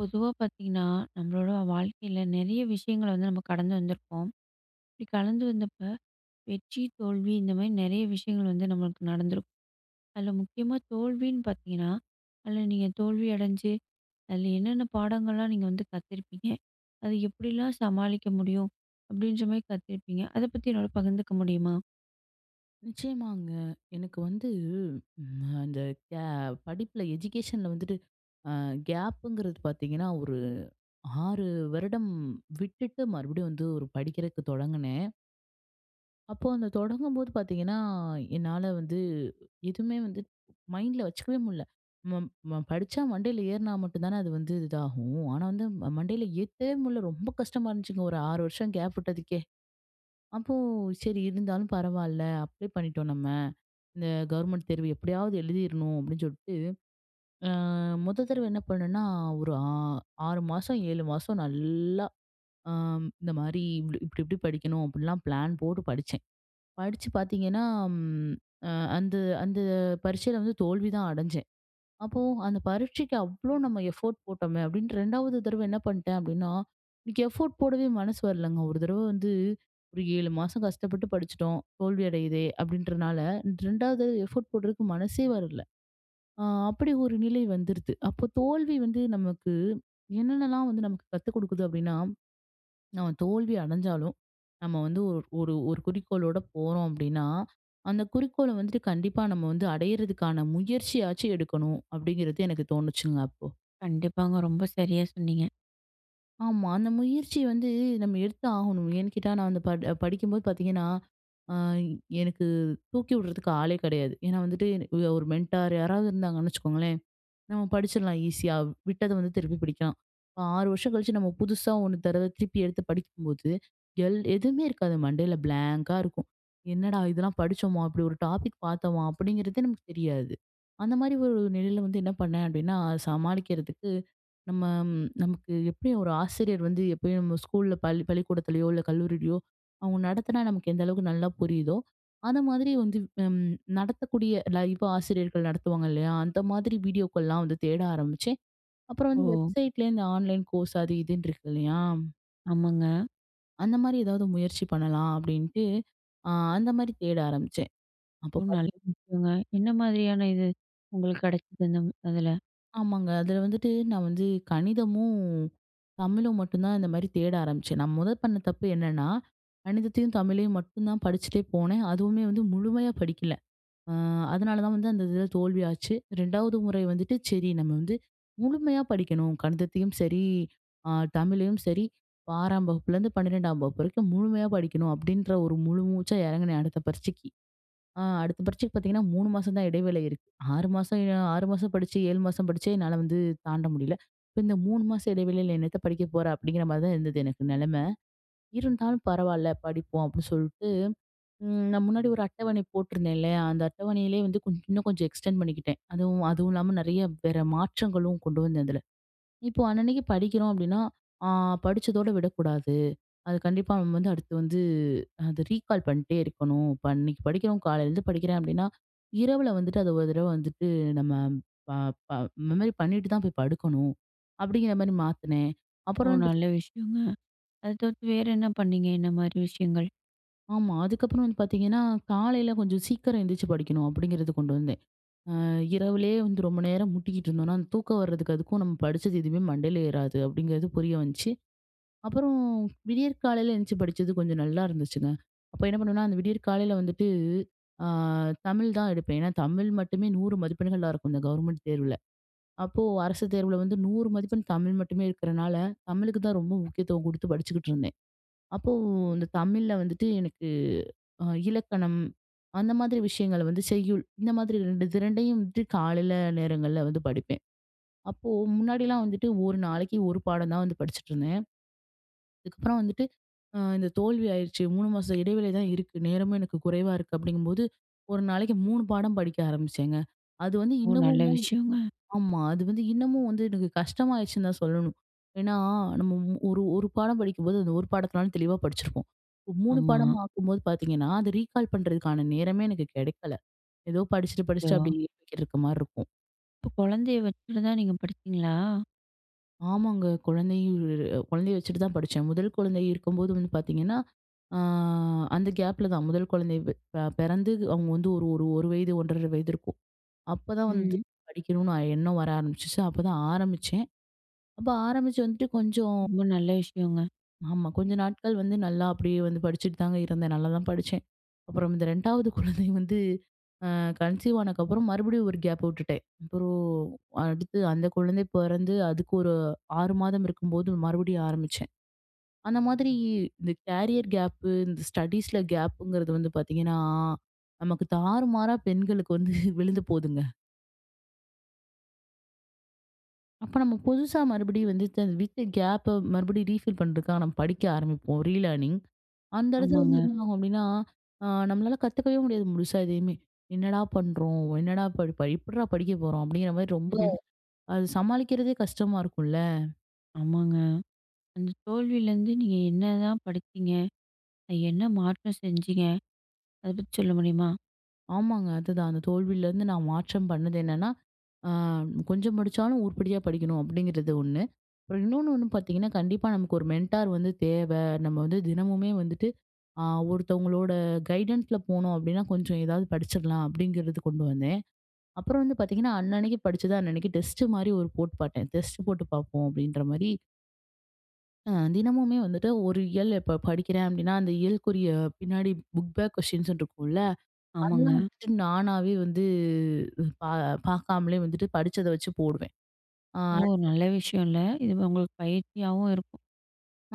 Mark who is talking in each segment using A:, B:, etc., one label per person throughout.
A: பொதுவாக பார்த்தீங்கன்னா, நம்மளோட வாழ்க்கையில நெறைய விஷயங்கள வந்து நம்ம கடந்து வந்திருப்போம். இப்படி கடந்து வந்தப்ப வெற்றி, தோல்வி இந்த மாரி நெறைய விஷயங்கள் வந்து நம்மளுக்கு நடந்திருக்கும். அதில முக்கியமா தோல்வின்னு பார்த்தீங்கன்னா, அதில நீங்க தோல்வி அடைஞ்சு, அதில என்னென்ன பாடங்கள்லாம் நீங்க வந்து கத்திருப்பீங்க? அது எப்படிலாம் சமாளிக்க முடியும்? அப்படின்ற மாரி கத்திருப்பீங்க. அத பத்தி என்னோட பகிர்ந்துக்க முடியுமா?
B: நிச்சயமாங்க. எனக்கு வந்து ம் அந்த கே படிப்புல எஜுகேஷன்ல வந்துட்டு அ கேப்புங்கிறது பார்த்தீங்கன்னா, ஒரு 6 வருடம் விட்டுட்டு மறுபடியும் வந்து ஒரு படிக்கிறக்கு தொடங்குனேன். அப்போ அந்த தொடங்கும்போது பார்த்தீங்கன்னா, என்னால வந்து எதுவுமே வந்து மைண்ட்ல வச்சுக்கவே முடில. ம ம படிச்சா மண்டையில ஏறுனா மட்டும் தானே அது வந்து இதாகும். ஆனா வந்து மண்டையில ஏத்தவே முடில. ரொம்ப கஷ்டமா இருந்துச்சுங்க. ஒரு 6 வருஷம் கேப் விட்டதுக்கே. அப்போ சரி இருந்தாலும் பரவாயில்ல அப்ளை பண்ணிட்டோம் நம்ம. இந்த கவர்மெண்ட் தேர்வு எப்படியாவது எழுதிரணும் அப்படின்னு சொல்லிட்டு, அ மொத தடவ என்ன பண்ணேன்னா, ஒரு ஆ 6 மாசம், 7 மாசம் நல்லா அ இந்த மாரி இப்டி இப்டி இப்டி படிக்கணும் அப்படிலாம் பிளான் போட்டு படிச்சேன். படிச்சு பார்த்தீங்கன்னா, ம் அ அந்த அந்த பரீட்சையில வந்து தோல்வி தான் அடைஞ்சேன். அப்போ அந்த பரீட்சைக்கு அவ்ளோ நம்ம எஃபோர்ட் போட்டோமே அப்டின்ட்டு 2வது தடவ என்ன பண்ணிட்டேன் அப்டின்னா, எனக்கு எஃபோர்ட் போடவே மனசு வரலங்க. ஒரு தடவ வந்து ஒரு 7 மாசம் கஷ்டப்பட்டு படிச்சுட்டோம். தோல்வி அடையுதே அப்டின்றனால 2வது எஃபோர்ட் போடுறதுக்கு மனசே வரல. ஆ அப்படி ஒரு நிலை வந்துருது. அப்போ தோல்வி வந்து நமக்கு என்னென்னலாம் வந்து நமக்கு கத்துக் குடுக்குது அப்டின்னா நம்ம தோல்வி அடைஞ்சாலும் நம்ம வந்து ஒரு ஒரு ஒரு குறிக்கோளோட போறோம் அப்படின்னா, அந்த குறிக்கோள வந்துட்டு கண்டிப்பா நம்ம வந்து அடையறதுக்கான முயற்சியாச்சும் எடுக்கணும் அப்படிங்கிறது எனக்கு தோணுச்சுங்க அப்போ.
A: கண்டிப்பாங்க. ரொம்ப சரியா சொன்னீங்க.
B: ஆமா. அந்த முயற்சி வந்து நம்ம எடுத்து ஆகணும். ஏன்னு கேட்டா நான் வந்து படிக்கும்போது பார்த்தீங்கன்னா, அ எனக்கு தூக்கி விடுறதுக்கு ஆளே கிடையாது. ஏன்னா வந்துட்டு எனக்கு ஒரு மென்டார் யாராவது இருந்தாங்கன்னு வச்சுக்கோங்களேன், நம்ம படிச்சிடலாம் ஈஸியா. விட்டத வந்து திருப்பி படிக்கலாம். இப்ப 6 வருஷம் கழிச்சு நம்ம புதுசா 1 தடவ திருப்பி எடுத்து படிக்கும்போது, எதுவுமே இருக்காது. மண்டையில பிளாங்கா இருக்கும். "என்னடா இதெல்லாம் படிச்சோமா? இப்படி ஒரு டாபிக் பார்த்தோமா?" அப்படிங்கிறதே நமக்கு தெரியாது. அந்த மாரி ஒரு நிலையில வந்து என்ன பண்ணேன் அப்படின்னா, சமாளிக்கிறதுக்கு நமக்கு எப்படியும் ஒரு ஆசிரியர் வந்து எப்பயும் நம்ம ஸ்கூல்ல பள்ளி பள்ளிக்கூடத்துலயோ இல்ல கல்லூரியிலயோ அவங்க நடத்தினா நமக்கு எந்த அளவுக்கு நல்லா புரியுதோ அந்த மாதிரி வந்து நடத்தக்கூடிய லைவ் ஆசிரியர்கள் நடத்துவாங்க இல்லையா, அந்த மாதிரி வீடியோக்கள்லாம் வந்து தேட ஆரம்பிச்சேன். அப்புறம்
A: ஓ!
B: வந்து வெப்சைட்ல இந்த ஆன்லைன் கோர்ஸ் அது இதுன்னு இருக்கு இல்லையா,
A: ஆமாங்க.
B: அந்த மாதிரி ஏதாவது முயற்சி பண்ணலாம் அப்படின்ட்டு அந்த மாதிரி தேட ஆரம்பிச்சேன். அப்போ
A: ஓ! நல்ல
B: பாத்தீங்கன்னா
A: விஷயங்க. என்ன மாதிரியான இது உங்களுக்கு கிடைச்சது? அந்த அதில?
B: ஆமாங்க. அதுல வந்துட்டு நான் வந்து கணிதமும், தமிழும் மட்டும் தான் இந்த மாரி தேட ஆரம்பிச்சேன். நான் மொத பண்ண தப்பு என்னன்னா, கணிதத்தையும், தமிழையும் மட்டும் தான் படிச்சுட்டே போனேன். அதுவுமே வந்து முழுமையா படிக்கல. அ அதனால தான் வந்து அந்த இதுல தோல்வியாச்சு. 2வது முறை வந்துட்டு சரி நம்ம வந்து முழுமையா படிக்கணும். கணிதத்தையும் சரி, அ தமிழையும் சரி 6ஆம் வகுப்புலேருந்து 12ஆம் வகுப்பு வரைக்கும் முழுமையா படிக்கணும். அப்படின்ற ஒரு முழு மூச்சா இறங்குனேன் அடுத்த பரீட்சைக்கு. அடுத்த பரீட்சைக்கு பார்த்தீங்கன்னா 3 மாசம் தான் இடைவேளை இருக்கு. 6 மாசம் 6 மாசம் படிச்சு 7 மாசம் படிச்சே என்னால வந்து தாண்ட முடியல. இப்ப இந்த 3 மாச இடைவெளியில என்னத்த படிக்க போற அப்படிங்கிற மாரி தான் இருந்தது எனக்கு நெலைமை. இருந்தாலும் பரவால்ல படிப்போம் அப்படின்னு சொல்லிட்டு, நான் முன்னாடி ஒரு அட்டவணை போட்டிருந்தேன் இல்லையா? அந்த அட்டவணையிலே வந்து கொஞ்சம் இன்னும் கொஞ்சம் எக்ஸ்டெண்ட் பண்ணிக்கிட்டேன். அதுவும் அதுவும் இல்லாம நெறைய வேற மாற்றங்களும் கொண்டு வந்தேன் அதுல. இப்போ அன்னன்னைக்கு படிக்கிறோம் அப்படின்னா, ஆ படிச்சதோட விடக்கூடாது. அது கண்டிப்பா நம்ம வந்து அடுத்து வந்து அத ரீகால் பண்ணிட்டே இருக்கணும். இப்ப அன்னைக்கு படிக்கிறோம், காலையிலேருந்து படிக்கிறேன் அப்படின்னா, இரவுல வந்துட்டு அத ஒரு தடவ வந்துட்டு நம்ம ப ப மெமரி பண்ணிட்டு தான் போய் படுக்கணும். அப்படிங்கிற மாரி மாத்துனேன்.
A: ஓ!
B: அப்புறம் வந்து
A: நல்ல
B: பாத்தீங்கன்னா
A: விஷயங்க. அத தவிர்த்து வேற என்ன பண்ணீங்க? இந்த மாரி விஷயங்கள்?
B: ஆமா. அதுக்கப்புறம் வந்து பாத்தீங்கன்னா, காலையில கொஞ்சம் சீக்கிரம் எந்திரிச்சு படிக்கணும் அப்படிங்கிறது கொண்டு வந்தேன். அ இரவுலயே வந்து ரொம்ப நேரம் முட்டிக்கிட்டு இருந்தோம்னா, அந்த தூக்கம் வர்றதுக்கு அதுக்கும் நம்ம படிச்சது எதுவுமே மண்டையில ஏறாது அப்படிங்கிறது புரிய வந்துச்சு. அப்புறம் விடியற் காலையில எந்திச்சு படிச்சது கொஞ்சம் நல்லா இருந்துச்சுங்க. அப்ப என்ன பண்ணுவேன்னா, அந்த விடியற் காலையில வந்துட்டு ஆ தமிழ் தான் எடுப்பேன். ஏன்னா தமிழ் மட்டுமே 100 மதிப்பெண்களா இருக்கும் இந்த கவர்மெண்ட் தேர்வுல. அப்போ அரசு தேர்வுல வந்து 100 மதிப்பெண் தமிழ் மட்டுமே இருக்கிறனால, தமிழுக்கு தான் ரொம்ப முக்கியத்துவம் குடுத்து படிச்சுக்கிட்டு இருந்தேன். அப்போ இந்த தமிழ்ல வந்துட்டு எனக்கு இலக்கணம், அந்த மாதிரி விஷயங்கள் வந்து செய்யுள், இந்த மாதிரி 2 இது 2யும் வந்துட்டு காலையில நேரங்கள்ல வந்து படிப்பேன். அப்போ முன்னாடிலாம் வந்துட்டு ஒரு நாளைக்கு ஒரு பாடம் தான் வந்து படிச்சுட்டு இருந்தேன். அதுக்கப்புறம் வந்துட்டு இந்த தோல்வி ஆயிருச்சு. 3 மாச இடைவேளை தான் இருக்கு. நேரமும் எனக்கு குறைவா இருக்கு அப்படிங்கும்போது, ஒரு நாளைக்கு 3 பாடம் படிக்க ஆரம்பிச்சேங்க. அது வந்து
A: ஓ! நல்ல
B: இன்னமும்
A: விஷயங்க.
B: ஆமா. அது வந்து இன்னமும் வந்து எனக்கு கஷ்டமாயிருச்சுன்னு தான் சொல்லணும். ஏன்னா, நம்ம மூ- ஒரு ஒரு பாடம் படிக்கும்போது, அந்த ஒரு பாடத்தனாலும் தெளிவா படிச்சிருப்போம். இப்போ 3
A: ஆமா.
B: பாடமா ஆக்கும்போது பார்த்தீங்கன்னா, அத ரீகால் பண்றதுக்கான நேரமே எனக்கு கிடைக்கல. ஏதோ படிச்சுட்டு
A: அச்சோ!
B: படிச்சுட்டு அப்படியே இருக்க மாரி இருக்கும்.
A: இப்ப குழந்தைய வச்சுட்டு தான் நீங்க படிச்சீங்களா?
B: ஆமாங்க. குழந்தையும் குழந்தைய வச்சுட்டு தான் படிச்சேன். முதல் குழந்தை இருக்கும்போது வந்து பார்த்தீங்கன்னா, ஆ அந்த கேப்ல தான் முதல் குழந்தை பிறந்து அவங்க வந்து ஒரு ஒரு 1 வயது 1 1/2 வயது இருக்கும். அப்பதான் வந்து
A: ம்.
B: படிக்கணும்னு எண்ணம் வர ஆரம்பிச்சுச்சு. அப்பதான் ஆரம்பிச்சேன். அப்ப ஆரம்பிச்சு வந்துட்டு கொஞ்சம்
A: ரொம்ப நல்ல விஷயங்க.
B: ஆமா. கொஞ்ச நாட்கள் வந்து நல்லா அப்படியே வந்து படிச்சுட்டு தாங்க இருந்தேன். நல்லா தான் படிச்சேன். அப்புறம் இந்த 2வது குழந்தை வந்து அ கன்சீவ் ஆனதுக்கப்புறம் மறுபடியும் ஒரு கேப் விட்டுட்டேன். அப்புறம் அடுத்து அந்த குழந்தை பிறந்து அதுக்கு ஒரு 6 மாதம் இருக்கும்போது மறுபடியும் ஆரம்பிச்சேன். அந்த மாதிரி இந்த கேரியர் கேப்பு, இந்த ஸ்டடீஸ்ல கேப்புங்கிறது வந்து பார்த்தீங்கன்னா, நமக்கு தாறுமாறா பெண்களுக்கு வந்து விழுந்து போதுங்க. அப்ப நம்ம புதுசா மறுபடியும் வந்து விட்ட கேப்ப மறுபடியும் ரீஃபில் பண்றதுக்காக நம்ம படிக்க ஆரம்பிப்போம். ரீலேர்னிங். அந்த இடத்துல வந்து
A: ஆமாங்க.
B: என்ன ஆகும் அப்படின்னா, நம்மளால கத்துக்கவே முடியாது முழுசா எதையுமே. "என்னடா பண்றோம்? என்னடா படி ப எப்புட்றா படிக்க போறோம்?" அப்படிங்கிற மாரி ரொம்ப
A: ம்ஹும்.
B: அது சமாளிக்கிறதே கஷ்டமா இருக்கும்ல.
A: ஆமாங்க. அந்த தோல்வியிலேருந்து நீங்க என்னதான் படிச்சீங்க? அது என்ன மாற்றம் செஞ்சீங்க? அத பத்தி சொல்ல முடியுமா?
B: ஆமாங்க. அதுதான். அந்த தோல்வியிலேருந்து நான் மாற்றம் பண்ணது என்னன்னா, ஆ கொஞ்சம் படிச்சாலும் உருப்படியா படிக்கணும் அப்படிங்கிறது ஒண்ணு. அப்புறம் ஒண்ணு பார்த்தீங்கன்னா, கண்டிப்பா நமக்கு ஒரு மென்டார் வந்து தேவை. நம்ம வந்து தினமுமே வந்துட்டு, ஆ ஒருத்தவங்களோட கைடன்ஸ்ல போனோம் அப்படின்னா, கொஞ்சம் ஏதாவது படிச்சிடலாம் அப்படிங்கிறது கொண்டு வந்தேன். அப்புறம் வந்து பார்த்தீங்கன்னா, அன்னன்னைக்கு படிச்சது அன்னன்னைக்கு டெஸ்ட் மாரி ஒரு போட்டு பார்த்தேன். டெஸ்ட் போட்டு பார்ப்போம் அப்படின்ற மாரி, தினமுமே வந்துட்டு ஒரு இயல் இப்ப படிக்கிறேன் அப்படின்னா, அந்த இயலுக்குரிய பின்னாடி புக் பேக் கொஸ்டின்ஸ்ன்னு இருக்கும்ல,
A: ஆமாங்க.
B: அதெல்லாம் வந்துட்டு நானாவே வந்து பா பார்க்காமலே வந்துட்டு படிச்சத வச்சு போடுவேன். ஆ
A: ஓ! நல்ல விஷயம்ல. இது உங்களுக்கு பயிற்சியாவும் இருக்கும்.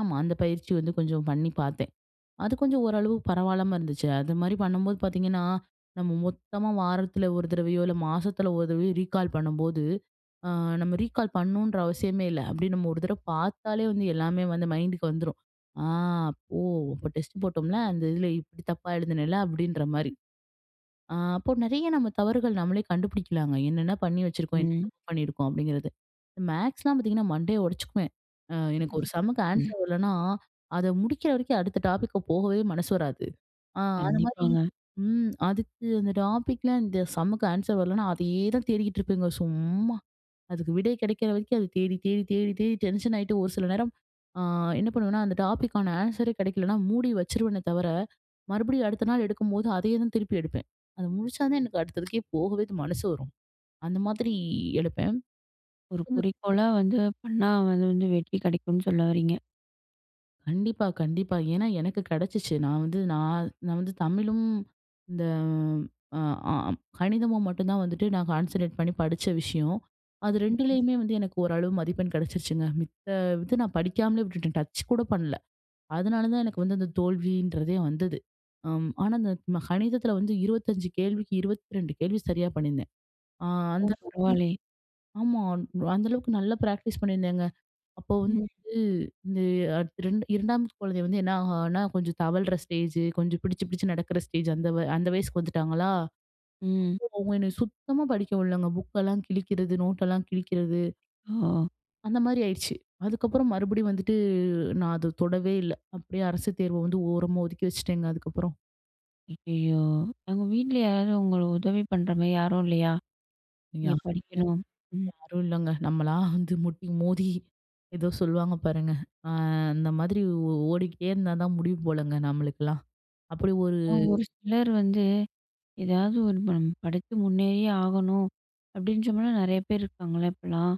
B: ஆமா. அந்த பயிற்சி வந்து கொஞ்சம் பண்ணி பார்த்தேன். அது கொஞ்சம் ஓரளவு பரவால்லாம இருந்துச்சு. அது மாரி பண்ணும்போது பார்த்தீங்கன்னா, நம்ம மொத்தமா வாரத்துல ஒரு தடவையோ, இல்ல மாசத்துல ஒரு தடவையோ ரீகால் பண்ணும்போது, ஆ நம்ம ரீகால் பண்ணணுன்ற அவசியமே இல்ல. அப்டியே நம்ம ஒரு தடவ பார்த்தாலே வந்து எல்லாமே வந்து மைண்டுக்கு வந்துரும். ஆ, ஓ! அப்ப டெஸ்ட் போட்டோம்ல, அந்த இதுல இப்டி தப்பா எழுதுனேல அப்டின்ற மாரி. அப்போ நெறைய நம்ம தவறுகள் நம்மளே கண்டுபிடிக்கலாங்க. என்னென்ன பண்ணி வச்சிருக்கோம், என்ன
A: ம்.
B: தப்பு பண்ணியிருக்கோம் அப்படிங்கிறது. மேக்ஸ்லாம் பார்த்தீங்கன்னா மண்டைய உடைச்சுக்குவேன். எனக்கு ஒரு சம்முக்கு
A: ம்.
B: ஆன்சர் வரலன்னா, அத முடிக்கிற வரைக்கும் அடுத்த டாபிக்க போகவே மனசு வராது. ஆ அந்த மாரி
A: கண்டிப்பாங்க.
B: ம். அதுக்கு அந்த டாபிக்ல இந்த சம்முக்கு ஆன்சர் வரலன்னா, அதையே தான் தேடிக்கிட்டு இருப்பேங்க சும்மா. அதுக்கு விடை கிடைக்கிற வரைக்கும் அது தேடி தேடி தேடி தேடி டென்ஷன் ஆயிட்டு ஒரு சில நேரம் ஆ, என்ன பண்ணுவேன்னா, அந்த டாபிக்கான ஆன்சரே கிடைக்கலன்னா மூடி வச்சுருவேனே தவிர, மறுபடியும் அடுத்த நாள் எடுக்கும்போது அதையே தான் திருப்பி எடுப்பேன். அத முடிச்சா தான் எனக்கு அடுத்ததுக்கே போகவே மனசு வரும். அந்த மாதிரி எடுப்பேன்.
A: ஒரு
B: சிறப்புங்க.
A: குறிக்கோளா வந்து பண்ணா அது வந்து வெற்றி கிடைக்கும்னு சொல்ல வர்றீங்க.
B: கண்டிப்பா, கண்டிப்பா. ஏன்னா எனக்கு கிடைச்சிச்சு. நான் வந்து தமிழும், இந்த அ ஆ கணிதமும் மட்டும் தான் வந்துட்டு நான் கான்சன்ட்ரேட் பண்ணி படிச்ச விஷயம். அது 2லயுமே வந்து எனக்கு ஓரளவு மதிப்பெண் கிடைச்சிருச்சுங்க. மித்த இது நான் படிக்காமலே விட்டுட்டேன். டச் கூட பண்ணல. அதனால தான் எனக்கு வந்து அந்த தோல்வின்றதே வந்தது. ஆனா அந்த கணிதத்துல வந்து 25 கேள்விக்கு 22 கேள்வி சரியா பண்ணியிருந்தேன். ஆ
A: ஓ!
B: அந்த அளவுக்கு ம்.
A: பரவாயில்லயே!
B: ஆமா. அந்த அளவுக்கு நல்லா பிராக்டிஸ் பண்ணியிருந்தேங்க. அப்போ வந்து இந்த அடுத்து 2 2வது குழந்தை வந்து என்ன, ஆனா கொஞ்சம் தவழ்ற ஸ்டேஜு, கொஞ்சம் பிடிச்சு பிடிச்சு நடக்கிற ஸ்டேஜ் அந்த வயசுக்கு வந்துட்டாங்களா,
A: ம்.
B: அவங்க என்னை சுத்தமா படிக்க விடலங்க. புக்கெல்லாம் கிழிக்கிறது, நோட்டெல்லாம் கிழிக்கிறது,
A: ஓ!
B: அந்த மாரி ஆயிடுச்சு. அதுக்கப்புறம் மறுபடியும் வந்துட்டு நான் அத தொடவே இல்ல. அப்படியே அரசு தேர்வ வந்து ஓரமா ஒதுக்கி வச்சுட்டேங்க அதுக்கப்புறம்.
A: ஐயய்யோ! அவங்க வீட்ல யாராவது உங்களுக்கு உதவி பண்ற மாரி யாரும் இல்லையா? நீங்க
B: யாரும் இல்லங்க,
A: படிக்கணும். ம்.
B: யாரும் இல்லங்க. நம்மளா வந்து முட்டி மோதி ஏதோ சொல்லுவாங்க பாருங்க. அ அந்த மாதிரி ஓடிக்கிட்டே இருந்தா தான் முடியும் போலங்க நம்மளுக்கெல்லாம். அப்படி ஒரு
A: ஆனா ஒரு சிலர் வந்து ஏதாவது ஒரு இப்ப நம்ம படிச்சு முன்னேறியே ஆகணும் அப்படின்றமாரி நெறைய பேர் இருக்காங்கல்ல இப்பலாம்.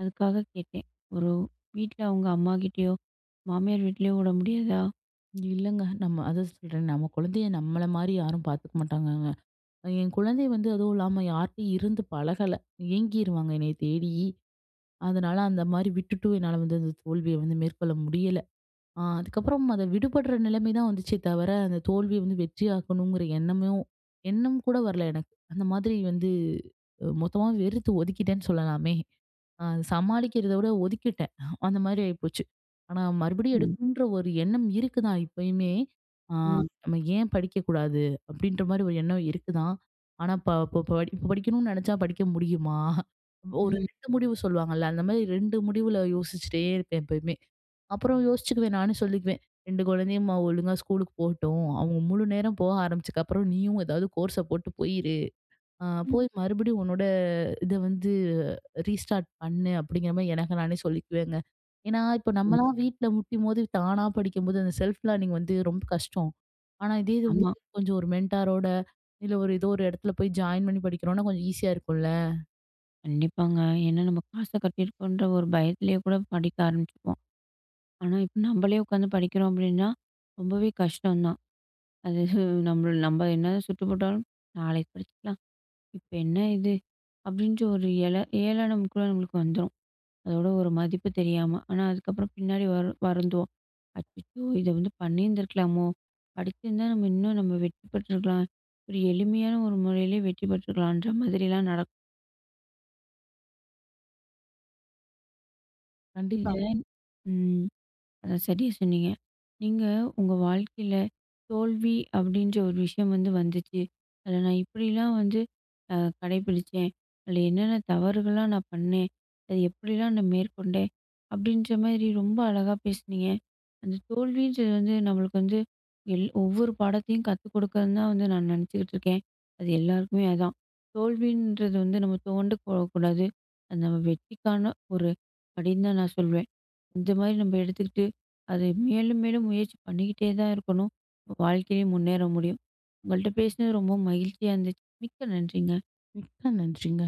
A: அதுக்காக கேட்டேன். ஒரு வீட்ல அவங்க அம்மாகிட்டயோ, மாமியார் வீட்லயோ விட முடியாதா?
B: இல்லங்க. நம்ம அதான் சொல்றேன். நம்ம குழந்தைய நம்மள மாரி யாரும் பார்த்துக்க மாட்டாங்கங்க. என் குழந்தை வந்து அதுவும் இல்லாம யார்ட்டயும் இருந்து பழகல. ஏங்கிருவாங்க என்னைய தேடி. அதனால அந்த மாரி விட்டுட்டும் என்னால வந்து அந்த தோல்விய வந்து மேற்கொள்ள முடியல. அதுக்கப்புறம் அத விடுபடுற நிலைமை தான் வந்துச்சே தவிர, அந்த தோல்விய வந்து வெற்றி ஆக்கணுங்கிற எண்ணம் கூட வரல எனக்கு. அந்த மாதிரி வந்து மொத்தமா வெறுத்து ஒதுக்கிட்டேன்னு சொல்லலாமே. அ சமாளிக்கிறத விட ஒதுக்கிட்டேன். அந்த மாரி ஆயிப்போச்சு. ஆனா மறுபடியும்
A: ம்.
B: எடுக்கணுன்ற ஒரு எண்ணம் இருக்கு தான் இப்பயுமே. ஆ
A: ம்.
B: நம்ம ஏன் படிக்கக்கூடாது? அப்படின்ற மாரி ஒரு எண்ணம் இருக்கு தான். ஆனா ப இப்ப படி இப்ப படிக்கணும்னு நெனச்சா படிக்க முடியுமா? ஒரு
A: ம்.
B: 2 முடிவு சொல்லுவாங்கல்ல, அந்த மாரி 2 முடிவுல யோசிச்சுட்டே இருப்பேன் எப்பயுமே. அப்புறம் யோசிச்சுக்குவேன். நானே சொல்லிக்குவேன். 2 குழந்தையும்மா ஒழுங்கா ஸ்கூலுக்கு போகட்டும். அவங்க முழு நேரம் போக ஆரம்பிச்சதுக்கப்புறம் நீயும் ஏதாவது கோர்ஸ போட்டு போயிரு. அ
A: ம்.
B: போய் மறுபடியும் உன்னோட இத வந்து ரீஸ்டார்ட் பண்ணு." அப்படிங்கிற மாரி எனக்கு நானே சொல்லிக்குவேங்க. ஏன்னா, இப்ப
A: ம்.
B: நம்மலாம் வீட்ல முட்டியும்போது, தானா படிக்கும்போது அந்த செல்ஃப் லேர்னிங் வந்து ரொம்ப கஷ்டம். ஆனா, இதே இது
A: ஆமா.
B: வந்துட்டு கொஞ்சம் ஒரு மென்டாரோட, இல்ல ஒரு ஏதோ ஒரு இடத்துல போய் ஜாயின் பண்ணி படிக்கிறோம்னா கொஞ்சம் ஈஸியா இருக்கும்ல.
A: கண்டிப்பாங்க. ஏன்னா நம்ம காச கட்டியிருக்கோன்ற ஒரு பயத்திலேயே கூட படிக்க ஆரம்பிச்சுருவோம். ஆனா இப்ப நம்மளே உட்காந்து படிக்கிறோம் அப்படின்னா, ரொம்பவே கஷ்டம் தான். அது நம்ம நம்ம என்ன சுட்டுப்பட்டாலும் நாளைக்கு படிச்சுக்கலாம். இப்ப என்ன இது? அப்படின்ற ஒரு ஏளனம் கூட நம்மளுக்கு வந்துரும். அதோட ஒரு மதிப்பு தெரியாம. ஆனா அதுக்கப்புறம் பின்னாடி வருந்துவோம். அச்சச்சோ! இத வந்து பண்ணியிருந்திருக்கலாமோ? படிச்சிருந்தா நம்ம இன்னும் நம்ம வெற்றி பெற்றிருக்கலாம். ஒரு எளிமையான ஒரு முறையிலே வெற்றி பெற்றிருக்கலான்ற மாதிரிலாம் நடக்கும். இத
B: கண்டிப்பா.
A: ம். அத சரியா சொன்னீங்க. நீங்க உங்க வாழ்க்கையில தோல்வி அப்படின்ற ஒரு விஷயம் வந்து வந்துச்சு. அதில நான் இப்படிலாம் வந்து அ கடைப்பிடிச்சேன். அதில என்னென்ன தவறுகள்லாம் நான் பண்ணேன். அது எப்படிலாம் நான் மேற்கொண்டேன். அப்படின்ற மாதிரி ரொம்ப அழகா பேசுனீங்க. அந்த தோல்வின்றது வந்து நம்மளுக்கு வந்து ஒவ்வொரு பாடத்தையும் கத்துக் கொடுக்குதுன்னு தான் வந்து நான் நினச்சுக்கிட்டு இருக்கேன். அது எல்லாருக்குமே அதான். தோல்வின்றது வந்து நம்ம தோண்டு போடக்கூடாது. அது நம்ம வெற்றிக்கான ஒரு படின்னு தான் நான் சொல்வேன். இந்த மாரி நம்ம எடுத்துக்கிட்டு, அது மேலும் மேலும் முயற்சி பண்ணிக்கிட்டே தான் இருக்கணும். வாழ்க்கையிலயும் முன்னேற முடியும். உங்கள்ட்ட பேசினது ரொம்ப மகிழ்ச்சியா இருந்துச்சு. மிக்க நன்றிங்க.
B: மிக்க நன்றிங்க.